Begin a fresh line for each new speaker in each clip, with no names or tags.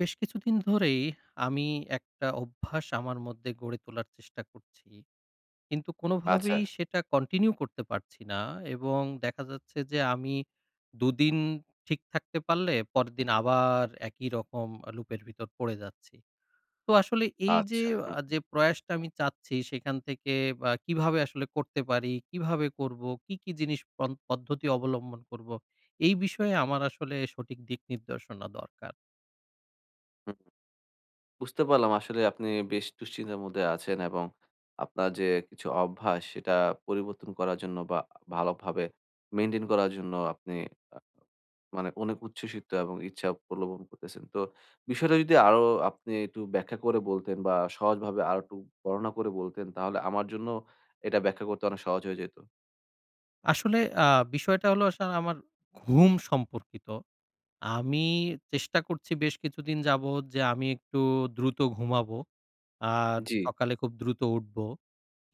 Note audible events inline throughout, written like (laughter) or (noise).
বেশ কিছুদিন ধরেই আমি একটা অভ্যাস আমার মধ্যে গড়ে তোলার চেষ্টা করছি। কিন্তু
আচ্ছা,
কোনোভাবেই সেটা কন্টিনিউ করতে পারছি না। এবং দেখা যাচ্ছে যে আমি ২ দিন ঠিক থাকতে পারলে পরের দিন আবার একই রকম লুপের ভিতর পড়ে যাচ্ছি। তো আসলে এই যে
আচ্ছা।
যে প্রয়াসটা আমি চাচ্ছি সেখান থেকে বা কিভাবে আসলে করতে পারি, কিভাবে করবো, কি, কি জিনিস পদ্ধতি অবলম্বন করবো, এই বিষয়ে আমার আসলে সঠিক দিক নির্দেশনা দরকার।
হুম, বুঝতে পারলাম আসলে আপনি বেশ দুশ্চিন্তার মধ্যে আছেন এবং আপনার যে কিছু অভ্যাস সেটা পরিবর্তন করার জন্য বা ভালোভাবে মেইনটেইন করার জন্য আপনি আ মানে অনেক উচ্ছ্বসিত এবং ইচ্ছা প্রলোভন করতেছেন। তো বিষয়টা যদি আরো আপনি একটু ব্যাখ্যা করে বলতেন বা সহজভাবে আরো একটু বর্ণনা করে বলতেন তাহলে আমার জন্য এটা ব্যাখ্যা করতে অনেক সহজ হয়ে যেত।
আসলে আ বিষয়টা হলো আসলে আমার ঘুম সম্পর্কিত। আমি চেষ্টা করছি বেশ কিছুদিন যাবৎ যে আমি একটু দ্রুত ঘুমাবো। আর
জি,
সকালে খুব দ্রুত উঠবো।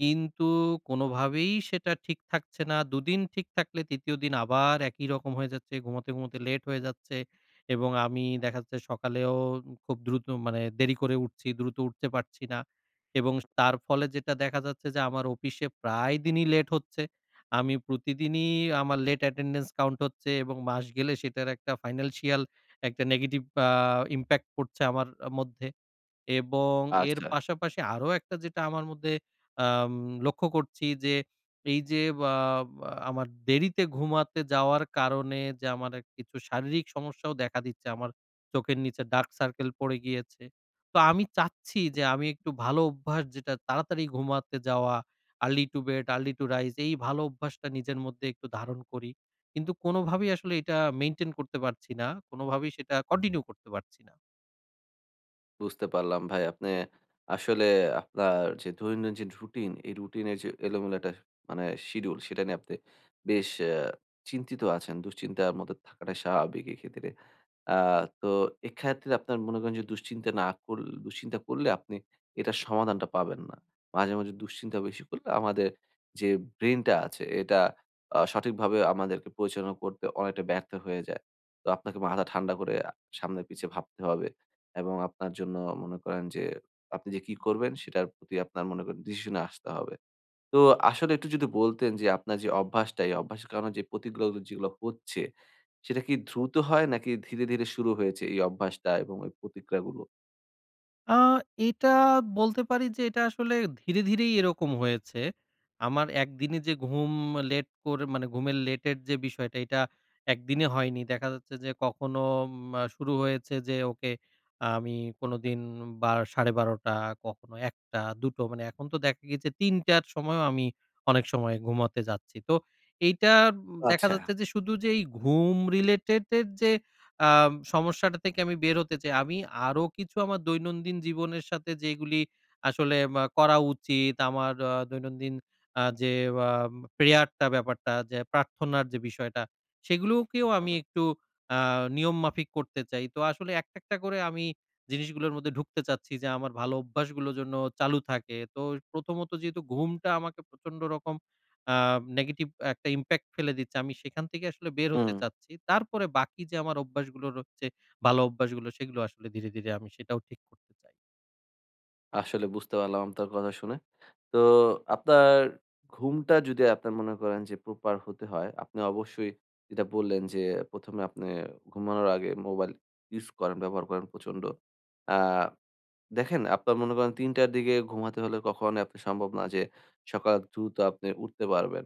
কিন্তু কোনোভাবেই সেটা ঠিক থাকছে না। দুদিন ঠিক থাকলে ৩য় দিন আবার একই রকম হয়ে যাচ্ছে। ঘুমোতে, ঘুমোতে লেট হয়ে যাচ্ছে। এবং আমি দেখা যাচ্ছে সকালেও খুব দ্রুত মানে দেরি করে উঠছি, দ্রুত উঠতে পারছি না। এবং তার ফলে যেটা দেখা যাচ্ছে যে আমার অফিসে প্রায় দিনই লেট হচ্ছে। আমি প্রতিদিনই আমার লেট অ্যাটেন্ডেন্স কাউন্ট হচ্ছে এবং মাস গেলে সেটার একটা ফাইন্যান্সিয়াল একটা নেগেটিভ আ ইমপ্যাক্ট পড়ছে আমার মধ্যে। এবং এর
আচ্ছা।
পাশাপাশি আরো একটা যেটা আমার মধ্যে আম লক্ষ্য করছি যে, এই যে বা বা আমার দেরিতে ঘুমাতে যাওয়ার কারণে যে আমার এক কিছু শারীরিক সমস্যাও দেখা দিচ্ছে। আমার চোখের নিচে ডার্ক সার্কেল পড়ে গিয়েছে। তো আমি চাচ্ছি যে আমি একটু ভালো অভ্যাস যেটা তাড়াতাড়ি ঘুমাতে যাওয়া, early to bed, early to rise এই ভালো অভ্যাসটা নিজের মধ্যে একটু ধারণ করি। কিন্তু কোনোভাবেই আসলে এটা মেইনটেইন করতে পারছি না। কোনোভাবেই সেটা কন্টিনিউ করতে পারছি না।
বুঝতে পারলাম ভাই। আপনি আসলে আপনার যে দৈনন্দিন যে রুটিন, এই রুটিনের যে এলোমেলো একটা মানে শিডিউল সেটা নিয়ে আপনি বেশ চিন্তিত আছেন। দুশ্চিন্তার মধ্যে থাকাটা স্বাভাবিক এক্ষেত্রে। আ তো এক্ষেত্রে আপনার মনে করেন যে দুশ্চিন্তা না করল দুশ্চিন্তা করলে আপনি এটার সমাধানটা পাবেন না। মাঝে, মাঝে দুশ্চিন্তা বেশি করলে আমাদের যে ব্রেইনটা আছে এটা সঠিকভাবে আমাদেরকে পরিচালনা করতে অনেকটা ব্যর্থ হয়ে যায়। তো আপনাকে মাথা ঠান্ডা করে সামনে পিছে ভাবতে হবে। এবং আপনার জন্য মনে করেন যে আপনি যে কি করবেন সেটার প্রতি আপনার মনে করেন ডিসিশনে আসতে হবে। তো আসলে একটু যদি বলতেন যে আপনার যে অভ্যাসটা, এই অভ্যাসের কারণে যে প্রতিক্রিয়াগুলো যেগুলো হচ্ছে, সেটা কি দ্রুত হয় নাকি ধীরে, ধীরে শুরু হয়েছে এই অভ্যাসটা এবং এই প্রতিক্রিয়াগুলো?
আ এটা বলতে পারি যে এটা আসলে ধীরে, ধীরেই এরকম হয়েছে। আমার একদিনে যে ঘুম লেট করে মানে ঘুমের লেটের যে বিষয়টা এটা একদিনে হয়নি। দেখা যাচ্ছে যে কখনো উম আ শুরু হয়েছে যে ওকে, আমি কোনোদিন বা ১২:৩০, কখনো ১:০০, ২:০০, মানে এখন তো দেখা গেছে ৩:০০ র সময়ও আমি অনেক সময় ঘুমাতে যাচ্ছি। তো এইটা দেখা
আচ্ছা।
যাচ্ছে যে শুধু যে এই ঘুম রিলেটেড এর যে সমস্যাটা থেকে আমি বের হতে চাই। আমি আরো কিছু আমার দৈনন্দিন জীবনের সাথে যেগুলি আসলে করা উচিত, আমার দৈনন্দিন যে আম প্রেয়ারটা ব্যাপারটা যে প্রার্থনার যে বিষয়টা, সেগুলোকেও আমি
হুম।
একটু আ নিয়ম মাফিক করতে চাই। তো আসলে একটা, একটা করে আমি জিনিসগুলোর মধ্যে ঢুকতে চাচ্ছি যে আমার ভালো অভ্যাসগুলো যেন চালু থাকে। তো প্রথমত যেহেতু ঘুমটা আমাকে প্রচন্ড রকম আ নেগেটিভ একটা ইমপ্যাক্ট ফেলে দিচ্ছে। আমি সেখান থেকে আসলে বের হতে
হুম,
চাচ্ছি। তারপরে বাকি যে আমার অভ্যাসগুলো রচ্ছে, ভালো অভ্যাসগুলো সেগুলো আসলে ধীরে, ধীরে আমি সেটাও ঠিক করতে চাই।
আসলে বুঝতে পারলাম আপনার কথা শুনে। তো আপনার ঘুমটা যদি আপনার মনে করেন যে প্রপার হতে হয়, আপনি অবশ্যই যেটা বললেন যে ১ম এ আপনি ঘুমানোর আগে মোবাইল ইউস করেন, ব্যবহার করেন প্রচণ্ড। আ দেখেন, আপনার মনে করেন ৩টার দিকে ঘুমাতে হলে কখনোই আপনি সম্ভব না যে সকাল দ্রুত আপনি উঠতে পারবেন।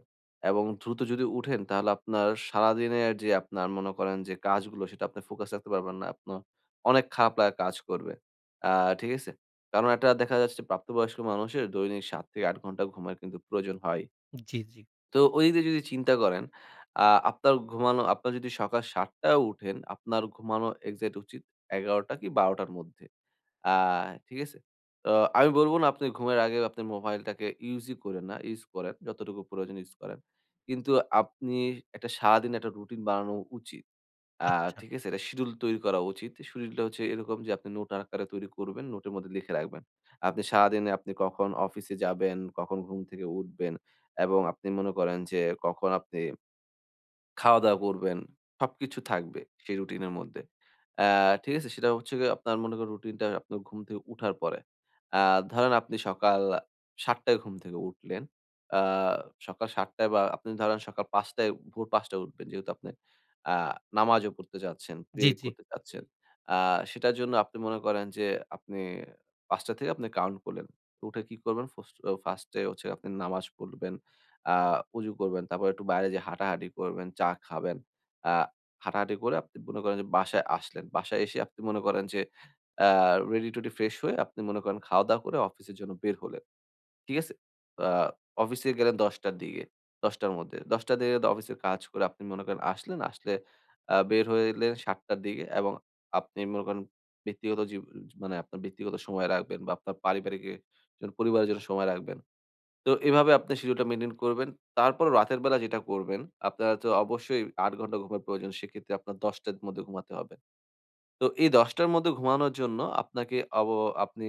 এবং দ্রুত যদি উঠেন তাহলে আপনার সারাদিনের যে আপনার মনে করেন যে কাজগুলো সেটা আপনি ফোকাস রাখতে পারবেন না। আপনার অনেক খারাপ লাগা কাজ করবে। আ ঠিক আছে? কারণ এটা দেখা যাচ্ছে প্রাপ্তবয়স্ক মানুষের দৈনিক ৭ থেকে ৮ ঘন্টা ঘুমের কিন্তু প্রয়োজন হয়।
জি, জি।
তো ওই দিক দিয়ে যদি চিন্তা করেন আপনার ঘুমানো আপনার যদি সকাল ৭ টায় উঠেন, আপনার ঘুমানো এক্সাক্ট উচিত ১১:০০ কি ১২:০০ র মধ্যে। আ ঠিক আছে? তো আমি বলব না আপনি ঘুমের আগে আপনার মোবাইলটাকে ইউজই করেন না, ইউজ করেন। যতটুকু প্রয়োজন ইউজ করেন। কিন্তু আপনি একটা সারাদিন একটা রুটিন বানানো উচিত। আ
আচ্ছা।
ঠিক আছে? একটা শিডিউল তৈরি করা উচিত। শিডিউলটা হচ্ছে এরকম যে আপনি নোট আকারে তৈরি করবেন, নোটের মধ্যে লিখে রাখবেন। আপনি সারাদিনে আপনি কখন অফিসে যাবেন, কখন ঘুম থেকে উঠবেন এবং আপনি মনে করেন যে কখন আপনি খাওয়া-দাওয়া করবেন। সবকিছু থাকবে সেই রুটিনের মধ্যে। ঠিক আছে? সেটা হচ্ছে গিয়ে আপনার মনে করেন রুটিনটা আপনার ঘুম থেকে উঠার পরে। আ ধরেন আপনি সকাল ৭ টায় ঘুম থেকে উঠলেন। আ সকাল ৭ টায় বা আপনি ধরেন সকাল ৫ টায় ভোর ৫ টায় উঠবেন। যেহেতু আপনি আ নামাজও পড়তে চাচ্ছেন, প্রে
জি, জি।
করতে চাচ্ছেন। আ সেটার জন্য আপনি মনে করেন যে আপনি ৫ টা থেকে আপনি কাউন্ট করলেন। তো উঠে কি করবেন? ফার্স্ট এ হচ্ছে আপনি নামাজ পড়বেন। আ উজু করবেন। তারপর একটু বাইরে যেয়ে হাঁটাহাঁটি করবেন, চা খাবেন। আ হাঁটাহাঁটি করে আপনি মনে করেন যে বাসায় আসলেন। বাসায় এসে আপনি মনে করেন যে আ রেডি-টেডি ফ্রেশ হয়ে আপনি মনে করেন খাওয়া-দাওয়া করে অফিসের জন্য বের হলেন। ঠিক আছে? আ অফিসে গেলেন ১০:০০ র দিকে, ১০:০০ র মধ্যে। ১০:০০ র দিকে অফিসের কাজ করে আপনি মনে করেন আসলেন, আসলে বের হইলেন ৭:০০ র দিকে এবং আপনি মনে করেন ব্যক্তিগত মানে আপনার ব্যক্তিগত সময় রাখবেন বা আপনার পারিবারিক পরিবারের জন্য সময় রাখবেন। তো এভাবে আপনি শিডিউলটা মেইনটেইন করবেন। তারপর রাতের বেলা যেটা করবেন, আপনারা তো অবশ্যই ৮ ঘন্টা ঘুমের প্রয়োজন। সেক্ষেত্রে আপনার ১০ টার মধ্যে ঘুমাতে হবে। তো এই ১০ টার মধ্যে ঘুমানোর জন্য আপনাকে আপনি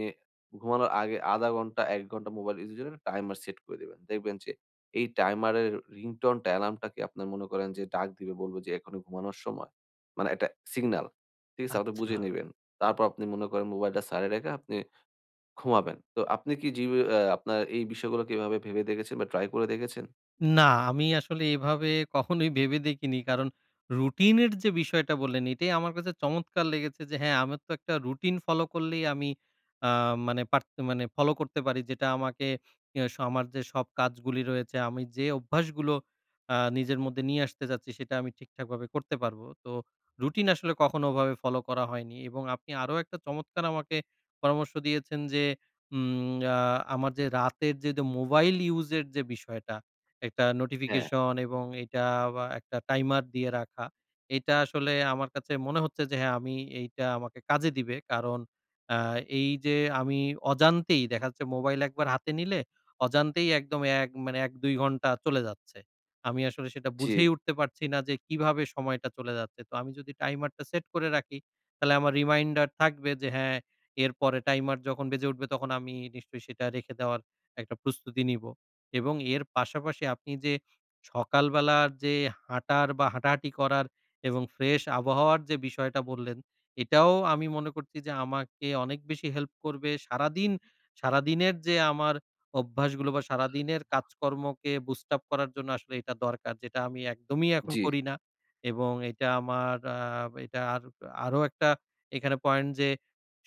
ঘুমানোর আগে ০.৫ ঘন্টা ১ ঘন্টা মোবাইল ইউজের জন্য একটা টাইমার সেট করে দিবেন। দেখবেন যে এই টাইমারের রিংটোনটা অ্যালার্মটাকে আপনার মনে করেন যে ডাক দিবে বলবে যে এখনই ঘুমানোর সময়। মানে একটা সিগনাল। ঠিক আছে? আপনি
আচ্ছা।
বুঝে নিবেন। তারপর আপনি মনে করেন মোবাইলটা সাইডে রেখে আপনি ক্ষমাবেন। তো আপনি কি জি আপনার এই বিষয়গুলো কি এভাবে ভেবে দেখেছেন বা ট্রাই করে দেখেছেন?
না, আমি আসলে এভাবে কখনোই ভেবে দেখিনি। কারণ রুটিনের যে বিষয়টা বললেন, এটাই আমার কাছে চমৎকার লেগেছে যে হ্যাঁ, আমার তো একটা রুটিন ফলো করলেই আমি আ মানে মানে ফলো করতে পারি। যেটা আমাকে ইয়া স আমার যে সব কাজগুলি রয়েছে, আমি যে অভ্যাসগুলো নিজের মধ্যে নিয়ে আসতে চাচ্ছি, সেটা আমি ঠিকঠাকভাবে করতে পারব। তো রুটিন আসলে কখনো ওভাবে ফলো করা হয়নি। এবং আপনি আরো একটা চমৎকার আমাকে পরামর্শ দিয়েছেন যে, উম আ আমার যে রাতের যে মোবাইল ইউজের যে বিষয়টা, একটা
হ্যাঁ।
নোটিফিকেশন এবং এইটা বা একটা টাইমার দিয়ে রাখা। এইটা আসলে আমার কাছে মনে হচ্ছে যে হ্যাঁ, আমি এইটা আমাকে কাজে দিবে। কারণ আ এই যে আমি অজান্তেই দেখা যাচ্ছে মোবাইল একবার হাতে নিলে অজান্তেই একদম মানে ১-২ ঘন্টা চলে যাচ্ছে। আমি আসলে সেটা
জি,
বুঝেই উঠতে পারছি না যে কিভাবে সময়টা চলে যাচ্ছে। তো আমি যদি টাইমারটা সেট করে রাখি তাহলে আমার রিমাইন্ডার থাকবে যে হ্যাঁ, এরপরে টাইমার যখন বেজে উঠবে তখন আমি নিশ্চয়ই সেটা রেখে দেওয়ার একটা প্রস্তুতি নিব। এবং এর পাশাপাশি আপনি যে সকালবেলার যে হাঁটার বা হাঁটাহাঁটি করার এবং ফ্রেশ আবহাওয়ার যে বিষয়টা বললেন, এটাও আমি মনে করছি যে আমাকে অনেক বেশি হেল্প করবে। সারাদিনের যে আমার অভ্যাসগুলো বা সারাদিনের কাজকর্মকে বুস্ট আপ করার জন্য আসলে এটা দরকার। যেটা আমি একদমই এখন
জি,
করি না। এবং এটা আমার আ এটা আর আরো একটা এখানে পয়েন্ট যে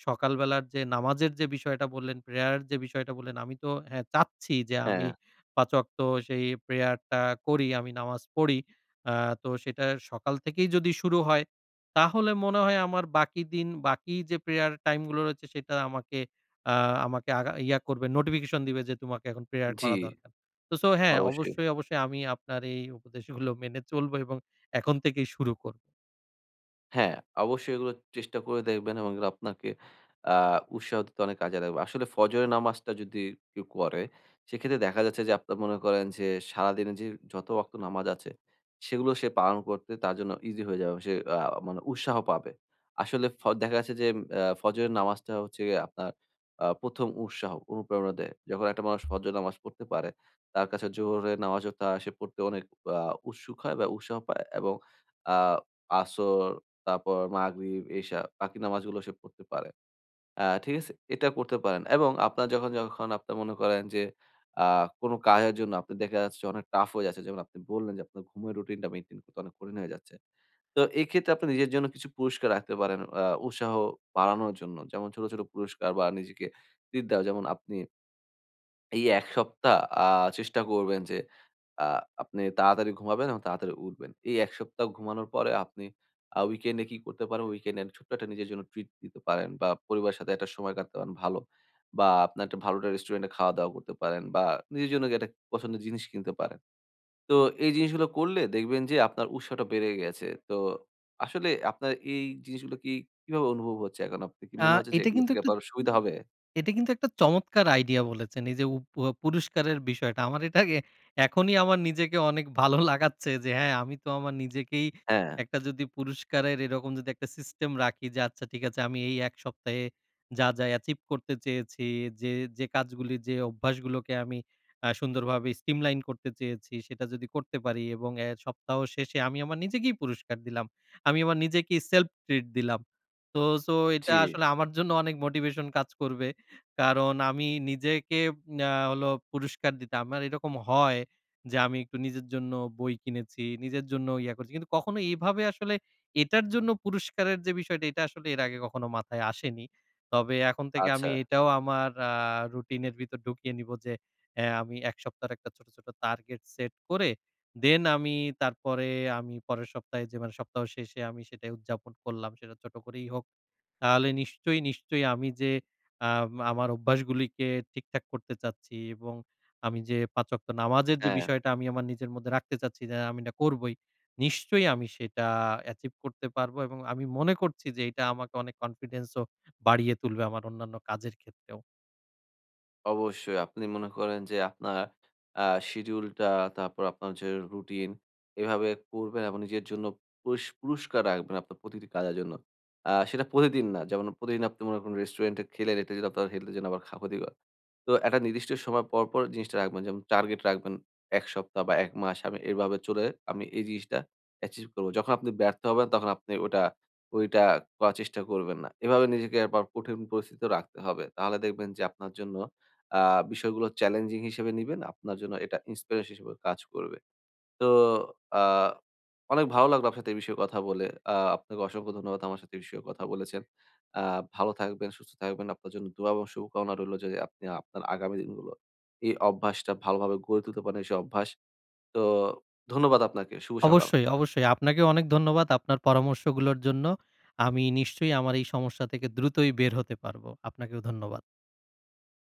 সকালবেলার যে নামাজের যে বিষয়টা বললেন, প্রেয়ার এর যে বিষয়টা বললেন, আমি তো হ্যাঁ চাচ্ছি যে আমি
হ্যাঁ,
৫ ওয়াক্ত সেই প্রেয়ারটা করি, আমি নামাজ পড়ি। আ তো সেটা সকাল থেকেই যদি শুরু হয়, তাহলে মনে হয় আমার বাকি দিন, বাকি যে প্রেয়ার টাইম গুলো রয়েছে সেটা আ আমাকে আগা ইয়া করবে, নোটিফিকেশন দিবে যে তোমাকে এখন প্রেয়ার
জি,
করা দরকার। তো হ্যাঁ,
অবশ্যই।
অবশ্যই, অবশ্যই আমি আপনার এই উপদেশগুলো মেনে চলবো এবং এখন থেকেই শুরু করব।
হ্যাঁ, অবশ্যই এগুলো চেষ্টা করে দেখবেন এবং এগুলো আপনাকে আ উৎসাহ দিতে অনেক কাজে লাগবে। আসলে ফজরের নামাজটা যদি কেউ করে, সেক্ষেত্রে দেখা যাচ্ছে যে আপনার মনে করেন যে সারাদিনে যে যত ওয়াক্ত নামাজ আছে, সেগুলো সে পালন করতে তার জন্য ইজি হয়ে যাবে। সে মানে উৎসাহ পাবে। আসলে দেখা যাচ্ছে যে ফজরের নামাজটা হচ্ছে গিয়ে আপনার ১ম উৎসাহ, অনুপ্রেরণা দেয়। যখন একটা মানুষ ফজর নামাজ পড়তে পারে, তার কাছে জোহরের নামাজও তা সে পড়তে অনেক আ উৎসুক হয় বা উৎসাহ পায় এবং আ আসর তারপর মাগরিব, এশা বাকি নামাজগুলো সে পড়তে পারে। ঠিক আছে? এটা করতে পারেন এবং আপনার যখন, যখন আপনার মনে করেন যে আ কোন কাজের জন্য আপনি দেখা যাচ্ছে অনেক টাফ হয়ে যাচ্ছে। যেমন আপনি বললেন যে আপনার ঘুমের রুটিনটা মেইনটেইন করতে অনেক কঠিন হয়ে যাচ্ছে। তো এক্ষেত্রে আপনি নিজের জন্য কিছু পুরস্কার রাখতে পারেন উৎসাহ বাড়ানোর জন্য। যেমন ছোট, ছোট পুরস্কার বা নিজেকে ট্রিট দেওয়া। যেমন আপনি এই ১ সপ্তাহ আ চেষ্টা করবেন যে আ আপনি তাড়াতাড়ি ঘুমাবেন এবং তাড়াতাড়ি উঠবেন। এই ১ সপ্তাহ ঘুমানোর পরে আপনি উইকেন্ডে কি করতে পারেন? উইকেন্ডে ছোট্ট একটা নিজের জন্য ট্রিট দিতে পারেন বা পরিবারের সাথে একটা সময় কাটাতে পারেন ভালো। বা আপনার একটা ভালো একটা রেস্টুরেন্টে খাওয়া-দাওয়া করতে পারেন বা নিজের জন্য একটা পছন্দের জিনিস কিনতে পারেন। তো এই জিনিসগুলো করলে দেখবেন যে আপনার উৎসাহটা বেড়ে গেছে। তো আসলে আপনার এই জিনিসগুলো কি কিভাবে অনুভব হচ্ছে এখন? আপনি কি
আ
মনে হচ্ছে যে
এটা
এগুলো
কিন্তু
থেকে
একটা
আপনার সুবিধা হবে?
এটা কিন্তু একটা চমৎকার আইডিয়া বলেছেন। এই যে পুরস্কারের বিষয়টা। আমার এটাকে এখনই আমার নিজেকে অনেক ভালো (laughs) লাগাচ্ছে যে হ্যাঁ, আমি তো আমার নিজেকেই
হ্যাঁ,
একটা যদি পুরস্কারের এরকম যদি একটা সিস্টেম রাখি যে আচ্ছা ঠিক আছে, আমি এই ১ সপ্তাহে যা, যা অ্যাচিভ করতে চেয়েছি, যে, যে কাজগুলি যে অভ্যাসগুলোকে আমি সুন্দরভাবে স্ট্রিমলাইন করতে চেয়েছি সেটা যদি করতে পারি এবং এ সপ্তাহ শেষে আমি আমার নিজেকেই পুরস্কার দিলাম। আমি আমার নিজেকেই সেলফ ট্রিট দিলাম। তো এটা
জি,
আসলে আমার জন্য অনেক মোটিভেশন কাজ করবে। কারণ আমি নিজেকে হলো পুরস্কার দিতাম। আমার এরকম হয় যে আমি একটু নিজের জন্য বই কিনেছি, নিজের জন্য ইয়া করছি। কিন্তু কখনো এইভাবে আসলে এটার জন্য পুরস্কারের যে বিষয়টা এটা আসলে এর আগে কখনো মাথায় আসেনি। তবে এখন থেকে আমি
আচ্ছা,
এটাও আমার রুটিন এর ভিতর ঢুকিয়ে নিব যে আমি ১ সপ্তাহের একটা ছোট, ছোট টার্গেট সেট করে দেন আমি তারপরে আমি পরের সপ্তাহে যে মানে সপ্তাহ শেষে আমি সেটাই উদযাপন করলাম সেটা ছোট করেই হোক তাহলে নিশ্চয়ই, নিশ্চয়ই আমি যে আমার অভ্যাসগুলিকে ঠিকঠাক করতে চাচ্ছি এবং আমি যে ৫ ওয়াক্ত নামাজের যে
হ্যাঁ।
বিষয়টা আমি আমার নিজের মধ্যে রাখতে চাচ্ছি যে আমি এটা করবই। নিশ্চয়ই আমি সেটা অ্যাচিভ করতে পারবো এবং আমি মনে করছি যে এটা আমাকে অনেক কনফিডেন্স ও বাড়িয়ে তুলবে আমার অন্যান্য কাজের ক্ষেত্রেও।
অবশ্যই। আপনি মনে করেন যে আপনার আ শিডিউলটা তারপর আপনার যে রুটিন এভাবে করবেন এবং নিজের জন্য পুরস্কার রাখবেন আপনার প্রতিটি কাজের জন্য। সেটা প্রতিদিন না। যেমন প্রতিদিন আপনি মনে করুন রেস্টুরেন্টে খেলেন এটা যদি আপনার হেলথের জন্য আবার ক্ষতিকর। তো একটা নির্দিষ্ট সময় পর, পর জিনিসটা রাখবেন। যেমন টার্গেট রাখবেন ১ সপ্তাহ বা ১ মাস আমি এভাবে চলে আমি এই জিনিসটা অ্যাচিভ করব। যখন আপনি ব্যর্থ হবেন তখন আপনি ওইটা করার চেষ্টা করবেন না। এভাবে নিজেকে আবার কঠিন পরিস্থিতিতেও রাখতে হবে। তাহলে দেখবেন যে আপনার জন্য আ বিষয়গুলো চ্যালেঞ্জিং হিসেবে নিবেন। আপনার জন্য এটা ইন্সপিরেশন হিসেবে কাজ করবে। তো আ অনেক ভালো লাগলো আপনার সাথে এই বিষয়ে কথা বলে। আপনাকে অসংখ্য ধন্যবাদ আমার সাথে এই বিষয়ে কথা বলেছেন। আ ভালো থাকবেন, সুস্থ থাকবেন। আপনার জন্য দোয়া এবং শুভকামনা রইলো যে আপনি আপনার আগামী দিনগুলো এই অভ্যাসটা ভালোভাবে গড়ে তুলতে পারেন, সেই অভ্যাস। তো ধন্যবাদ আপনাকে। শুভ
অবশ্যই,
সকাল।
অবশ্যই আপনাকেও অনেক ধন্যবাদ আপনার পরামর্শগুলোর জন্য। আমি নিশ্চয়ই আমার এই সমস্যা থেকে দ্রুতই বের হতে পারবো। আপনাকেও ধন্যবাদ।